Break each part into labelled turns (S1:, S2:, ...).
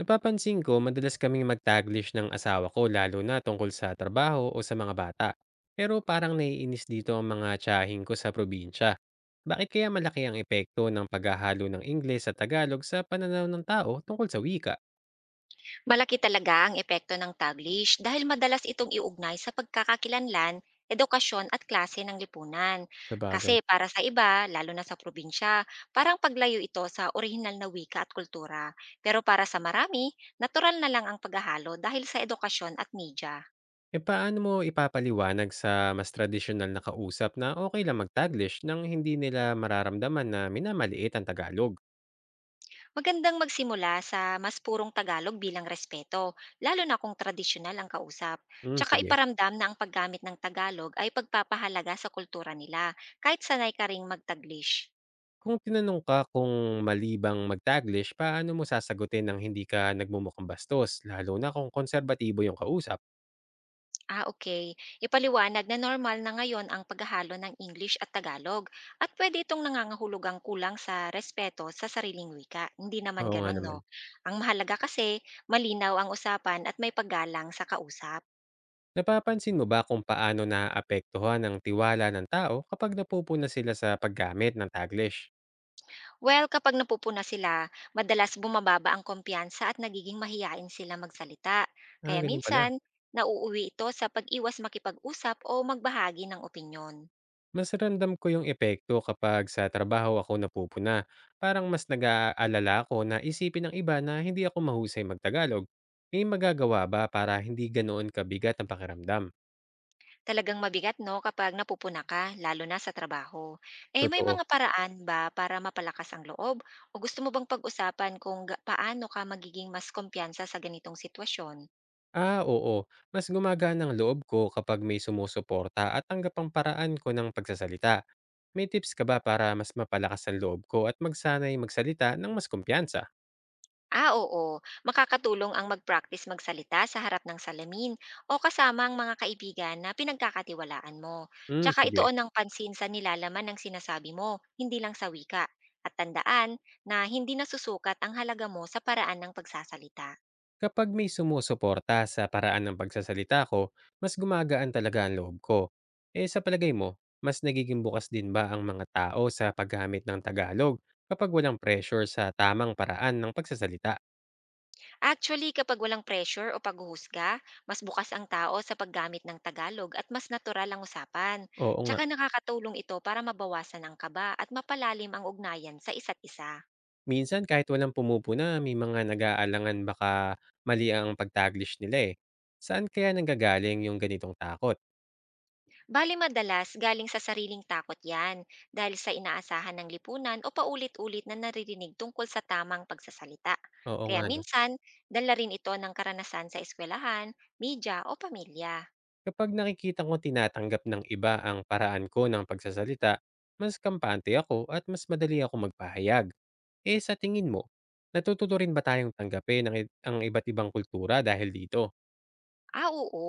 S1: Napapansin ko, madalas kaming magtaglish ng asawa ko lalo na tungkol sa trabaho o sa mga bata. Pero parang naiinis dito ang mga tiyahing ko sa probinsya. Bakit kaya malaki ang epekto ng paghahalo ng Ingles at Tagalog sa pananaw ng tao tungkol sa wika?
S2: Malaki talaga ang epekto ng Taglish dahil madalas itong iugnay sa pagkakakilanlan, edukasyon at klase ng lipunan.
S1: Sa
S2: Kasi
S1: bagay.
S2: para sa iba, lalo na sa probinsya, parang paglayo ito sa orihinal na wika at kultura. Pero para sa marami, natural na lang ang paghahalo dahil sa edukasyon at media.
S1: E paano mo ipapaliwanag sa mas tradisyonal na kausap na okay lang magtaglish taglish nang hindi nila mararamdaman na minamaliit ang Tagalog?
S2: Magandang magsimula sa mas purong Tagalog bilang respeto, lalo na kung tradisyonal ang kausap.
S1: Hmm,
S2: Tsaka
S1: sige.
S2: iparamdam na ang paggamit ng Tagalog ay pagpapahalaga sa kultura nila, kahit sanay ka ring magtaglish.
S1: Kung tinanong ka kung mali bang mag-Taglish, paano mo sasagutin ng hindi ka nagmumukhang bastos, lalo na kung konserbatibo yung kausap?
S2: Ah, okay. Ipaliwanag na normal na ngayon ang paghahalo ng English at Tagalog at pwede itong nangangahulugang kulang sa respeto sa sariling wika. Hindi naman
S1: Oo nga
S2: ganon, no?
S1: naman.
S2: Ang mahalaga kasi, malinaw ang usapan at may paggalang sa kausap.
S1: Napapansin mo ba kung paano naaapektuhan ang tiwala ng tao kapag napupuna sila sa paggamit ng Taglish?
S2: Well, kapag napupuna sila, madalas bumababa ang kumpiyansa at nagiging mahiyain sila magsalita.
S1: Ah,
S2: Kaya
S1: ganun pala.
S2: minsan, nauuwi ito sa pag-iwas makipag-usap o magbahagi ng opinyon.
S1: Mas ramdam ko yung epekto kapag sa trabaho ako napupuna. Parang mas nag-aalala ako na isipin ng iba na hindi ako mahusay magtagalog. May magagawa ba para hindi ganoon kabigat ang pakiramdam?
S2: Talagang mabigat 'no kapag napupuna ka, lalo na sa trabaho. Eh, may
S1: Totoo.
S2: mga paraan ba para mapalakas ang loob o gusto mo bang pag-usapan kung ga paano ka magiging mas kumpiyansa sa ganitong sitwasyon?
S1: Ah, oo. Mas gumagana ang loob ko kapag may sumusuporta at tanggap ang paraan ko ng pagsasalita. May tips ka ba para mas mapalakas ang loob ko at magsanay magsalita ng mas kumpiyansa?
S2: Ah, oo. Makakatulong ang mag-practice magsalita sa harap ng salamin o kasama ang mga kaibigan na pinagkakatiwalaan mo.
S1: Hmm,
S2: Tsaka
S1: sige.
S2: ituon ng pansin sa nilalaman ng sinasabi mo, hindi lang sa wika. At tandaan na hindi nasusukat ang halaga mo sa paraan ng pagsasalita.
S1: Kapag may sumusuporta sa paraan ng pagsasalita ko, mas gumagaan talaga ang loob ko. Eh sa palagay mo, mas nagiging bukas din ba ang mga tao sa paggamit ng Tagalog kapag walang pressure sa tamang paraan ng pagsasalita?
S2: Actually, kapag walang pressure o paghuhusga, mas bukas ang tao sa paggamit ng Tagalog at mas natural ang usapan.
S1: Oo nga.
S2: Tsaka nakakatulong ito para mabawasan ang kaba at mapalalim ang ugnayan sa isa't isa.
S1: Minsan kahit walang pumupuna may mga nag-aalangan baka mali ang pagtaglish nila, eh. Saan kaya nanggagaling yung ganitong takot?
S2: Bali madalas, galing sa sariling takot yan dahil sa inaasahan ng lipunan o paulit-ulit na naririnig tungkol sa tamang pagsasalita.
S1: Oo
S2: Kaya
S1: nga 'no.
S2: minsan, dala rin ito ng karanasan sa eskwelahan, media o pamilya.
S1: Kapag nakikita kong tinatanggap ng iba ang paraan ko ng pagsasalita, mas kampante ako at mas madali ako magpahayag. Eh, sa tingin mo, natututo rin ba tayong tanggapin ang ang iba't ibang kultura dahil dito?
S2: Ah, oo.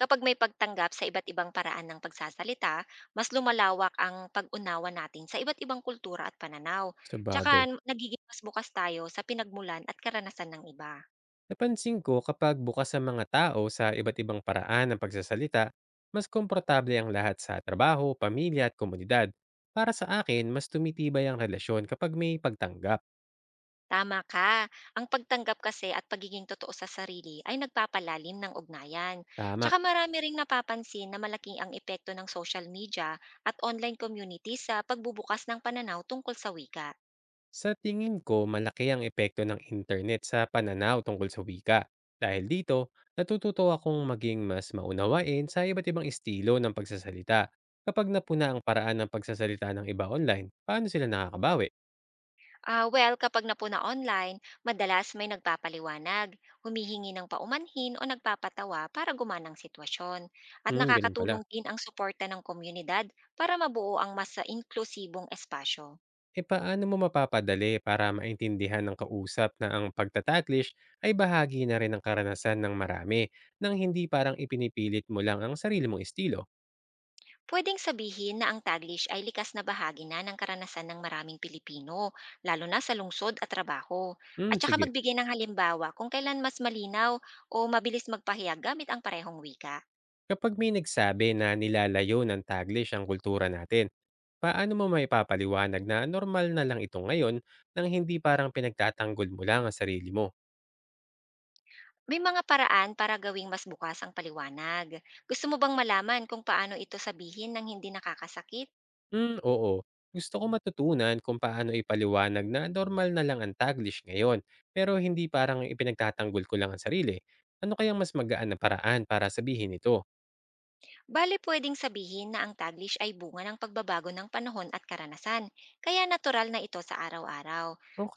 S2: Kapag may pagtanggap sa iba't ibang paraan ng pagsasalita, mas lumalawak ang pag-unawa natin sa iba't ibang kultura at pananaw.
S1: Sa
S2: Tsaka
S1: Sabagay.
S2: nagiging mas bukas tayo sa pinagmulan at karanasan ng iba.
S1: Napansin ko kapag bukas ang mga tao sa iba't ibang paraan ng pagsasalita, mas komportable ang lahat sa trabaho, pamilya at komunidad. Para sa akin, mas tumitibay ang relasyon kapag may pagtanggap.
S2: Tama ka. Ang pagtanggap kasi at pagiging totoo sa sarili ay nagpapalalim ng ugnayan.
S1: Tama.
S2: Tsaka marami ring napapansin na malaking ang epekto ng social media at online community sa pagbubukas ng pananaw tungkol sa wika.
S1: Sa tingin ko, malaki ang epekto ng internet sa pananaw tungkol sa wika. Dahil dito, natututo akong maging mas maunawain sa iba't ibang estilo ng pagsasalita. Kapag napuna ang paraan ng pagsasalita ng iba online, paano sila nakakabawi?
S2: Ah, well, kapag napuna online, madalas may nagpapaliwanag, humihingi ng paumanhin o nagpapatawa para gumanang sitwasyon. At
S1: Hmm, ganun pala.
S2: nakakatulong din ang suporta ng komunidad para mabuo ang mas inklusibong espasyo.
S1: Eh paano mo mapapadali para maintindihan ng kausap na ang pagtataglish ay bahagi na rin ng karanasan ng marami nang hindi parang ipinipilit mo lang ang sarili mong estilo?
S2: Pwedeng sabihin na ang Taglish ay likas na bahagi na ng karanasan ng maraming Pilipino, lalo na sa lungsod at trabaho. At
S1: Hmm,
S2: saka
S1: sige.
S2: magbigay ng halimbawa kung kailan mas malinaw o mabilis magpahayag gamit ang parehong wika.
S1: Kapag may nagsabi na nilalayo ng taglish ang kultura natin, paano mo maipapaliwanag na normal na lang ito ngayon nang hindi parang pinagtatanggol mo lang ang sarili mo?
S2: May mga paraan para gawing mas bukas ang paliwanag. Gusto mo bang malaman kung paano ito sabihin ng hindi nakakasakit?
S1: Hmm, oo. Gusto ko matutunan kung paano ipaliwanag na normal na lang ang Taglish ngayon, pero hindi parang ipinagtatanggol ko lang ang sarili. Ano kayang mas magaan na paraan para sabihin ito?
S2: Bale, pwedeng sabihin na ang Taglish ay bunga ng pagbabago ng panahon at karanasan, kaya natural na ito sa araw-araw.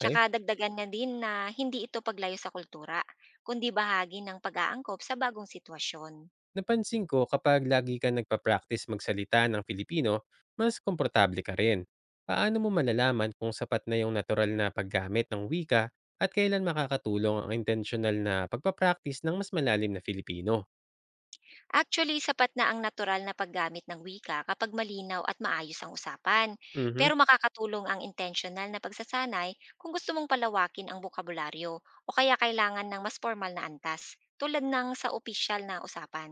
S2: Tsaka dagdagan na din na hindi ito paglayo sa kultura, kundi bahagi ng pag-aangkop sa bagong sitwasyon.
S1: Napansin ko kapag lagi ka nagpa-practice magsalita ng Filipino, mas komportable ka rin. Paano mo malalaman kung sapat na yung natural na paggamit ng wika at kailan makakatulong ang intentional na pagpa-practice ng mas malalim na Filipino?
S2: Actually, sapat na ang natural na paggamit ng wika kapag malinaw at maayos ang usapan. Pero
S1: Mhm.
S2: makakatulong ang intentional na pagsasanay kung gusto mong palawakin ang bokabularyo o kaya kailangan ng mas formal na antas, tulad ng sa opisyal na usapan.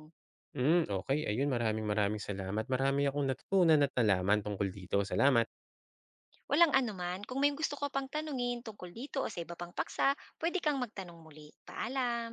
S1: Hmm, okey ayun maraming maraming salamat. Marami akong natutunan at nalaman tungkol dito. Salamat.
S2: Walang anuman, kung may gusto ko pang tanungin tungkol dito o sa iba pang paksa, pwede kang magtanong muli. Paalam!